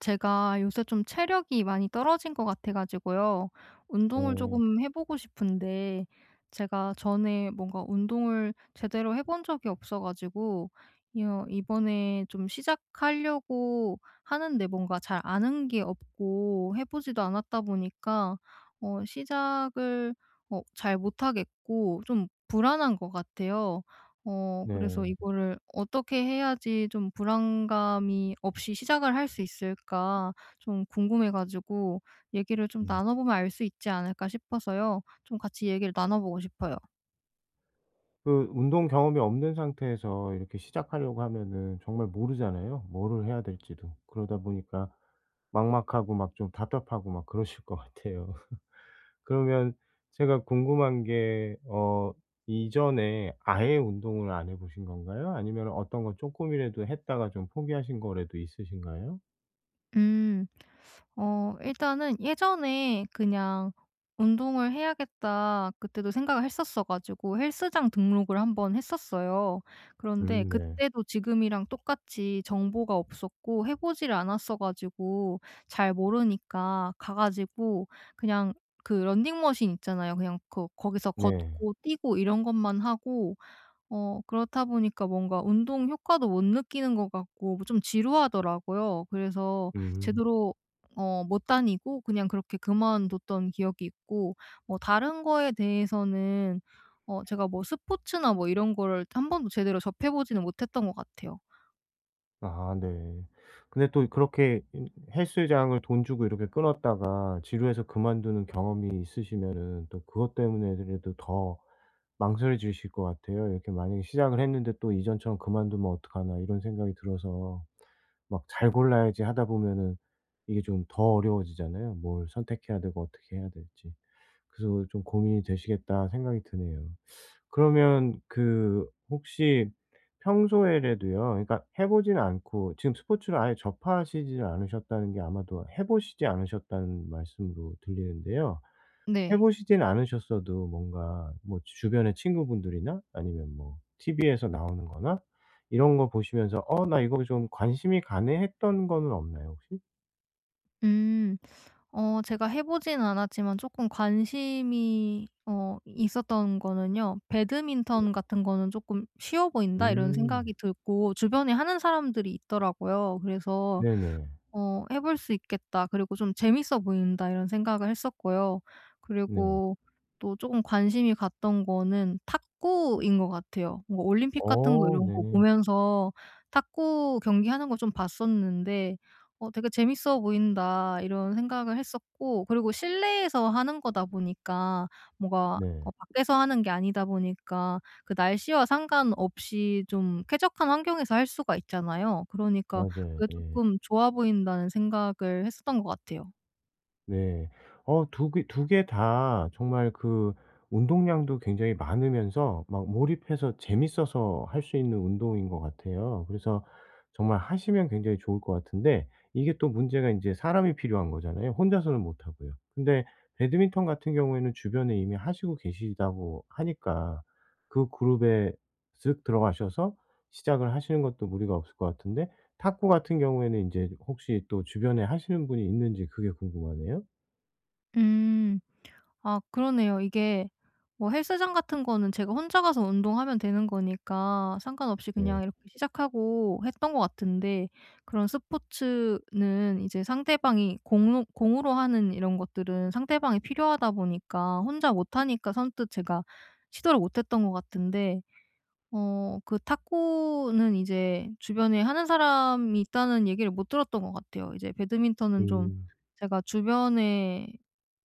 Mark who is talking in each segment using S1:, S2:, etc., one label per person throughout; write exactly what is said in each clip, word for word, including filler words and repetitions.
S1: 제가 요새 좀 체력이 많이 떨어진 것 같아 가지고요. 운동을
S2: 네,
S1: 조금 해 보고 싶은데, 제가 전에 뭔가 운동을 제대로 해본 적이 없어 가지고 이어 이번에 좀 시작하려고 하는데, 뭔가 잘 아는 게 없고 해 보지도 않았다 보니까 어 시작을 어 잘 못하겠고 좀 불안한 것 같아요. 어 그래서
S2: 네.
S1: 이거를 어떻게 해야지 좀 불안감이 없이 시작을 할 수 있을까 좀 궁금해 가지고, 얘기를 좀
S2: 음.
S1: 나눠 보면 알 수 있지 않을까 싶어서요. 좀 같이 얘기를 나눠 보고 싶어요.
S2: 그 운동 경험이 없는 상태에서 이렇게 시작하려고 하면은 정말 모르잖아요, 뭐를 해야 될지도. 그러다 보니까 막막하고 막 좀 답답하고 막 그러실 것 같아요. 그러면 제가 궁금한 게 어 이전에 아예 운동을 안 해 보신 건가요? 아니면 어떤 거 조금이라도 했다가 좀 포기하신 거라도 있으신가요?
S1: 음. 어 일단은 예전에 그냥 '운동을 해야겠다.' 그때도 생각을 했었어 가지고 헬스장 등록을 한번 했었어요. 그런데
S2: 음 네.
S1: 그때도 지금이랑 똑같이 정보가 없었고 해 보지를 않았어 가지고 잘 모르니까 가 가지고 그냥, 그 런닝머신 있잖아요. 그냥 그 거기서
S2: 네.
S1: 걷고 뛰고 이런 것만 하고, 어 그렇다 보니까 뭔가 운동 효과도 못 느끼는 것 같고 뭐좀 지루하더라고요. 그래서
S2: 음.
S1: 제대로 어 못 다니고 그냥 그렇게 그만뒀던 기억이 있고, 뭐 다른 거에 대해서는 어 제가 뭐 스포츠나 뭐 이런 거를 한 번도 제대로 접해 보지는 못했던 것 같아요.
S2: 아 네. 근데 또 그렇게 이 헬스장을 돈 주고 이렇게 끊었다가 지루해서 그만두는 경험이 있으시면은 또 그것 때문에라도 더 망설여지실 것 같아요. 이렇게 만약에 시작을 했는데 또 이전처럼 '그만두면 어떡하나.' 이런 생각이 들어서 막 '잘 골라야지.' 하다 보면은 이게 좀 더 어려워지잖아요. 뭘 선택해야 되고 어떻게 해야 될지. 그래서 '좀 고민이 되시겠다.' 생각이 드네요. 그러면 그 혹시 평소에라도요 그러니까 해 보지는 않고 지금 스포츠를 아예 접하시지는 않으셨다는 게 아마도 해 보시지 않으셨다는 말씀으로 들리는데요. 해
S1: 네.
S2: 보시진 않으셨어도 뭔가 뭐 주변의 친구분들이나 아니면 뭐 티비에서 나오는 거나 이런 거 보시면서 '어 나 이거 좀 관심이 가네.' 했던 거는 없나요 혹시?
S1: 음. 어 제가 해 보진 않았지만 조금 관심이 어 있었던 거는요, '배드민턴 같은 거는 조금 쉬워 보인다.' 이런 생각이
S2: 음.
S1: 들고 주변에 하는 사람들이 있더라고요. 그래서
S2: 네네.
S1: 어 '해 볼 수 있겠다. 그리고 좀 재밌어 보인다.' 이런 생각을 했었고요.
S2: 네.
S1: 그리고 또 조금 관심이 갔던 거는 탁구인 것 같아요. 뭔가 올림픽 같은 거
S2: 어
S1: 이런
S2: 네.
S1: 거 보면서 탁구 경기하는 거 좀 봤었는데, 어 '되게 재밌어 보인다.' 이런 생각을 했었고, 그리고 실내에서 하는 거다 보니까, 뭔가
S2: 네.
S1: 어 밖에서 하는 게 아니다 보니까 그 날씨와 상관없이 좀 쾌적한 환경에서 할 수가 있잖아요. 그러니까
S2: 맞아요.
S1: 그게
S2: 예.
S1: 쪼끔 좋아 보인다는 생각을 했었던 것 같아요.
S2: 네. 어 두 개 두 개 다 정말 그 운동량도 굉장히 많으면서 막 몰입해서 재밌어서 할 수 있는 운동인 것 같아요. 그래서 정말 하시면 굉장히 좋을 것 같은데 이게 또 문제가 이제 사람이 필요한 거잖아요. 혼자서는 못 하고요. 근데 배드민턴 같은 경우에는 주변에 이미 하시고 계시다고 하니까 그 그룹에 쓱 들어가셔서 시작을 하시는 것도 무리가 없을 것 같은데 탁구 같은 경우에는 인제 혹시 또 주변에 하시는 분이 있는지 그게 궁금하네요.
S1: 음. 아, 그러네요. 이게 뭐 헬스장 같은 거는 제가 혼자 가서 운동하면 되는 거니까 상관없이
S2: 네.
S1: 그냥 이렇게 시작하고 했던 것 같은데, 그런 스포츠는 이제 상대방이 공으 공으로 하는 이런 것들은 상대방이 필요하다 보니까 혼자 못 하니까 선뜻 제가 시도를 못 했던 것 같은데, 어 그 탁구는 이제 주변에 하는 사람이 있다는 얘기를 못 들었던 것 같아요. 이제 배드민턴은 좀
S2: 음.
S1: 제가 주변에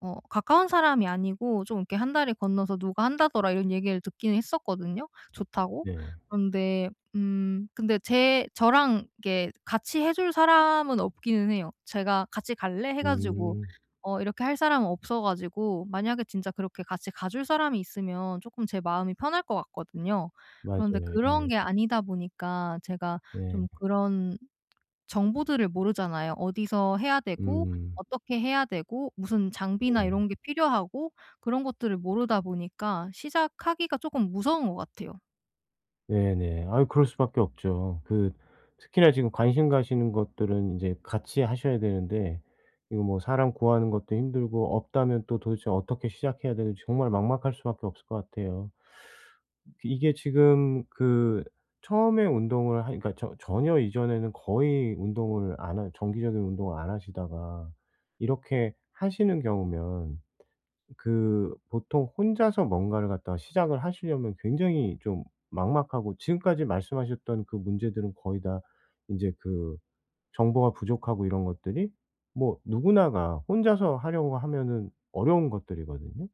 S1: 어 가까운 사람이 아니고 좀 이렇게 한 다리 건너서 "누가 한다더라." 이런 얘기를 듣기는 했었거든요, 좋다고.
S2: 네.
S1: 그런데 음 근데 제 저랑 이게 같이 해줄 사람은 없기는 해요. 제가 "같이 갈래?" 해 가지고
S2: 음.
S1: 어 이렇게 할 사람은 없어 가지고, 만약에 진짜 그렇게 같이 가줄 사람이 있으면 조금 제 마음이 편할 것 같거든요. 그런데
S2: 맞아요.
S1: 그런 게
S2: 예.
S1: 아니다 보니까, 제가
S2: 네.
S1: 좀 그런 정보들을 모르잖아요. 어디서 해야 되고
S2: 음.
S1: 어떻게 해야 되고 무슨
S2: 네.
S1: 장비나 이런 게 필요하고, 그런 것들을 모르다 보니까 시작하기가 조금 무서운 것 같아요.
S2: 네네. 아유 그럴 수밖에 없죠. 그 특히나 지금 관심 가시는 것들은 인제 같이 하셔야 되는데 이거 뭐 사람 구하는 것도 힘들고 없다면 또 도대체 어떻게 시작해야 되는지 정말 막막할 수밖에 없을 것 같아요. 그 이게 지금 그 처음에 운동을 하 그러니까 저 전혀 이전에는 거의 운동을 안 하 정기적인 운동을 안 하시다가 이렇게 하시는 경우면 그 보통 혼자서 뭔가를 갖다가 시작을 하시려면 굉장히 좀 막막하고 지금까지 말씀하셨던 그 문제들은 거의 다 인제 그 정보가 부족하고 이런 것들이 뭐 누구나가 혼자서 하려고 하면은 어려운 것들이거든요.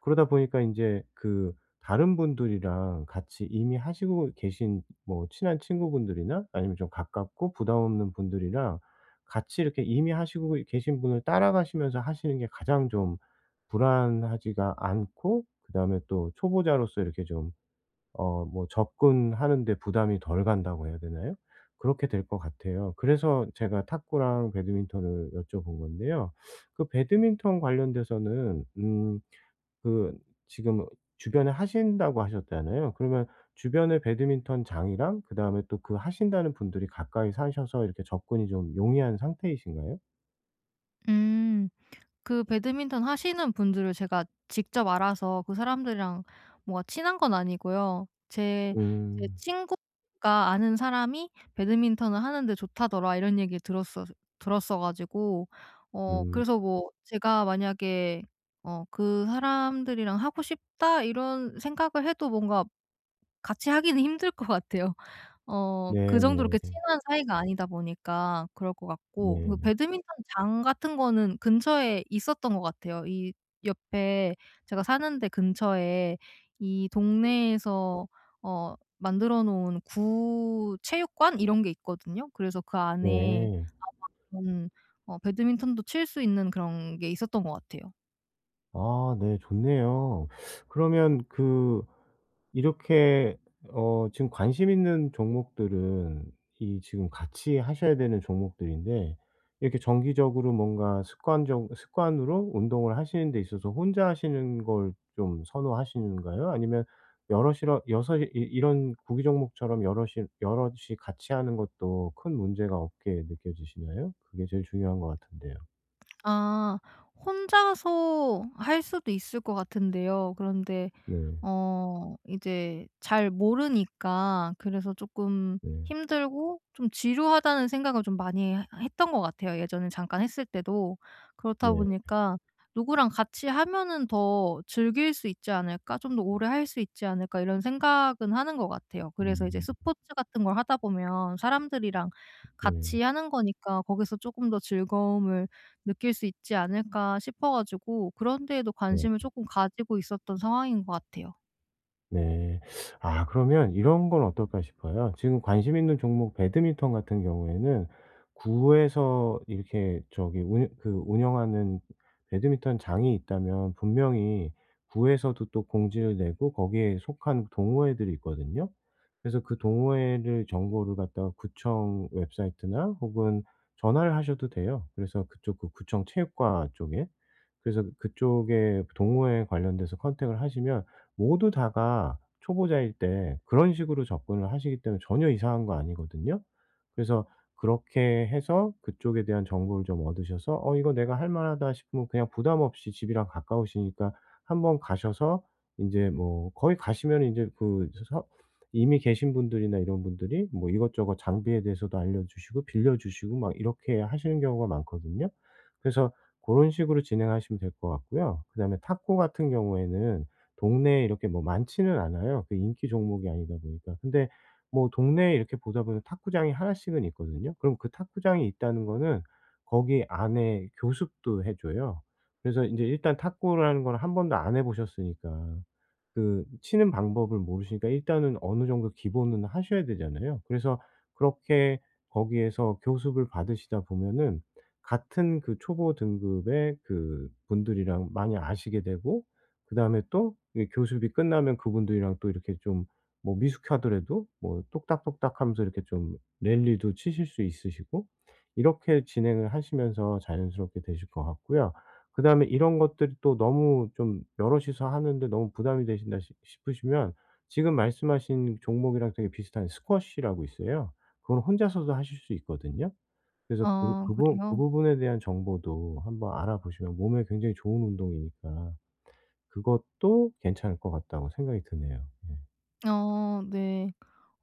S2: 그러다 보니까 인제 그 다른 분들이랑 같이 이미 하시고 계신 뭐 친한 친구분들이나 아니면 좀 가깝고 부담 없는 분들이랑 같이 이렇게 이미 하시고 계신 분을 따라가시면서 하시는 게 가장 좀 불안하지가 않고 그다음에 또 초보자로서 이렇게 좀 어 뭐 접근하는 데 부담이 덜 간다고 해야 되나요? 그렇게 될 것 같아요. 그래서 제가 탁구랑 배드민턴을 여쭤본 건데요. 그 배드민턴 관련돼서는 음 그 지금 주변에 하신다고 하셨잖아요. 그러면 주변에 배드민턴장이랑 그다음에 또 그 하신다는 분들이 가까이 사셔서 이렇게 접근이 좀 용이한 상태이신가요?
S1: 음. 그 배드민턴 하시는 분들을 제가 직접 알아서 그 사람들이랑 뭔가 친한 건 아니고요. 제 제
S2: 음.
S1: 친구가 아는 사람이 "배드민턴을 하는데 좋다더라." 이런 얘기를 들었었 들었어 가지고, 어
S2: 음.
S1: 그래서 뭐 제가 만약에 어 '그 사람들이랑 하고 싶다.' 이런 생각을 해도 뭔가 같이 하기는 힘들 것 같아요. 어 그 정도로 이렇게
S2: 네네.
S1: 친한 사이가 아니다 보니까 그럴 것 같고, 그
S2: 네.
S1: 배드민턴장 같은 거는 근처에 있었던 것 같아요. 이 옆에 제가 사는 데 근처에, 이 동네에서 어 만들어 놓은 구 체육관 이런 게 있거든요. 그래서 그 안에
S2: 네.
S1: 그런 어 배드민턴도 칠 수 있는 그런 게 있었던 것 같아요.
S2: 아 네 좋네요. 그러면 그 이렇게 어 지금 관심 있는 종목들은 이 지금 같이 하셔야 되는 종목들인데 이렇게 정기적으로 뭔가 습관적 습관으로 운동을 하시는 데 있어서 혼자 하시는 걸 좀 선호하시는가요? 아니면 여럿이러 여섯이이 이런 구기 종목처럼 여럿이 여럿이 같이 하는 것도 큰 문제가 없게 느껴지시나요? 그게 제일 중요한 것 같은데요.
S1: 아, 혼자서 할 수도 있을 것 같은데요. 그런데
S2: 네.
S1: 어 이제 잘 모르니까, 그래서 조금
S2: 네.
S1: 힘들고 좀 지루하다는 생각을 좀 많이 하- 했던 것 같아요, 예전에 잠깐 했을 때도. 그렇다
S2: 네.
S1: 보니까 '누구랑 같이 하면은 더 즐길 수 있지 않을까? 좀 더 오래 할 수 있지 않을까?' 이런 생각은 하는 것 같아요. 그래서 이제
S2: 음.
S1: 스포츠 같은 걸 하다 보면 사람들이랑
S2: 네.
S1: 같이 하는 거니까 '거기서 조금 더 즐거움을 느낄 수 있지 않을까?' 싶어 가지고, 그런 데에도
S2: 네.
S1: 관심을 조금 가지고 있었던 상황인 것 같아요.
S2: 네. 아 그러면 이런 건 어떨까 싶어요. 지금 관심 있는 종목 배드민턴 같은 경우에는 구에서 이렇게 저기 운 그 운영하는 배드민턴 장이 있다면 분명히 구에서도 또 공지를 내고 거기에 속한 동호회들이 있거든요. 그래서 그 동호회를 정보를 갖다가 구청 웹사이트나 혹은 전화를 하셔도 돼요. 그래서 그쪽 그 구청 체육과 쪽에. 그래서 그쪽에 동호회 관련돼서 컨택을 하시면 모두 다가 초보자일 때 그런 식으로 접근을 하시기 때문에 전혀 이상한 거 아니거든요. 그래서 그렇게 해서 그쪽에 대한 정보를 좀 얻으셔서 '어 이거 내가 할 만하다.' 싶으면 그냥 부담 없이 집이랑 가까우시니까 한번 가셔서 인제 뭐 거기 가시면은 인제 그 서 이미 계신 분들이나 이런 분들이 뭐 이것저것 장비에 대해서도 알려주시고 빌려주시고 막 이렇게 하시는 경우가 많거든요. 그래서 고런 식으로 진행하시면 될 것 같고요. 그다음에 탁구 같은 경우에는 동네에 이렇게 뭐 많지는 않아요, 그 인기 종목이 아니다 보니까. 근데 뭐 동네에 이렇게 보다 보면 탁구장이 하나 씩은 있거든요. 그럼 그 탁구장이 있다는 거는 거기 안에 교습도 해 줘요. 그래서 인제 일단 탁구라는 걸 한 번도 안 해 보셨으니까 그 치는 방법을 모르시니까 일단은 어느 정도 기본은 하셔야 되잖아요. 그래서 그렇게 거기에서 교습을 받으시다 보면은 같은 그 초보 등급의 그 분들이랑 많이 아시게 되고 그다음에 또 이교습이 끝나면 그분들이랑 또 이렇게 좀 뭐 미숙하더라도 뭐 똑딱똑딱하면서 이렇게 좀 랠리도 치실 수 있으시고 이렇게 진행을 하시면서 자연스럽게 되실 것 같고요. 그다음에 이런 것들이 또 너무 좀 여럿이서 하는데 너무 부담이 되신다 싶 싶으시면 지금 말씀하신 종목이랑 되게 비슷한 스쿼시라고 있어요. 그건 혼자서도 하실 수 있거든요. 그래서 그
S1: 아,
S2: 그 부 그
S1: 그래요?
S2: 부분에 대한 정보도 한번 알아보시면 몸에 굉장히 좋은 운동이니까 그것도 괜찮을 것 같다고 생각이 드네요. 예.
S1: 어 네.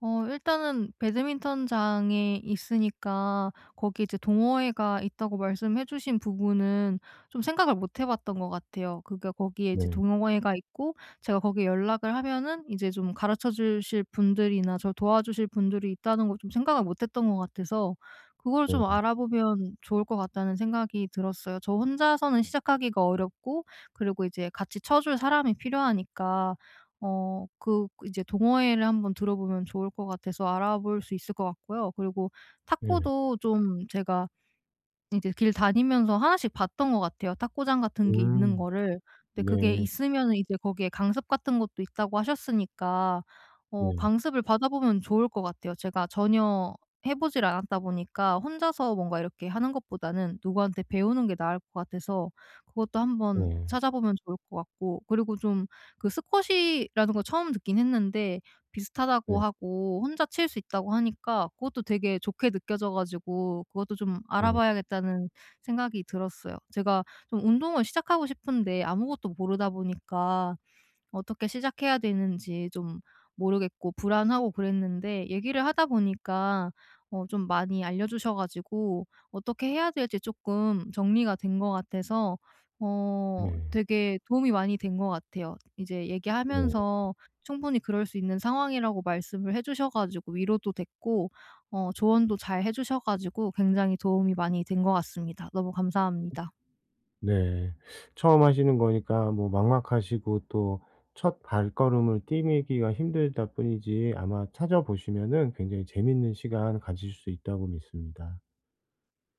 S1: 어 일단은 배드민턴장에 있으니까 거기 이제 동호회가 있다고 말씀해 주신 부분은 좀 생각을 못해 봤던 것 같아요. 그러니까 거기에 이제
S2: 네.
S1: 동호회가 있고 제가 거기에 연락을 하면은 이제 좀 가르쳐 주실 분들이나 저 도와주실 분들이 있다는 걸 좀 생각을 못 했던 것 같아서, 그걸
S2: 네.
S1: 좀 알아보면 좋을 것 같다는 생각이 들었어요. 저 혼자서는 시작하기가 어렵고, 그리고 이제 같이 쳐줄 사람이 필요하니까 어 그 이제 동호회를 한번 들어보면 좋을 것 같아서 알아볼 수 있을 것 같고요. 그리고
S2: 예.
S1: 탁구도 좀 제가 이제 길 다니면서 하나씩 봤던 것 같아요, 탁구장 같은 게 있는
S2: 음.
S1: 거를. 근데
S2: 네.
S1: 그게 있으면은 이제 거기에 강습 같은 것도 있다고 하셨으니까 어
S2: 네.
S1: 강습을 받아보면 좋을 것 같아요. 제가 전혀 해 보질 않았다 보니까 혼자서 뭔가 이렇게 하는 것보다는 누구한테 배우는 게 나을 것 같아서 그것도 한번
S2: 네.
S1: 찾아보면 좋을 것 같고, 그리고 좀 그 스쿼시라는 걸 처음 듣긴 했는데 비슷하다고
S2: 네.
S1: 하고 혼자 칠 수 있다고 하니까 그것도 되게 좋게 느껴져 가지고 그것도 좀
S2: 네.
S1: 알아봐야겠다는 생각이 들었어요. 제가 좀 운동을 시작하고 싶은데 아무것도 모르다 보니까 어떻게 시작해야 되는지 좀 모르겠고 불안하고 그랬는데, 얘기를 하다 보니까 어 좀 많이 알려 주셔 가지고 어떻게 해야 될지 조금 정리가 된 것 같아서, 어
S2: 네.
S1: 되게 도움이 많이 된 것 같아요. 이제
S2: 네.
S1: 얘기하면서 충분히 그럴 수 있는 상황이라고 말씀을 해 주셔 가지고 위로도 됐고, 어 조언도 잘 해 주셔 가지고 굉장히 도움이 많이 된 것 같습니다. 너무 감사합니다.
S2: 네. 처음 하시는 거니까 뭐 막막하시고 또 첫 발걸음을 디미기가 힘들다 뿐이지 아마 찾아보시면은 굉장히 재밌는 시간 가지실 수 있다고 믿습니다.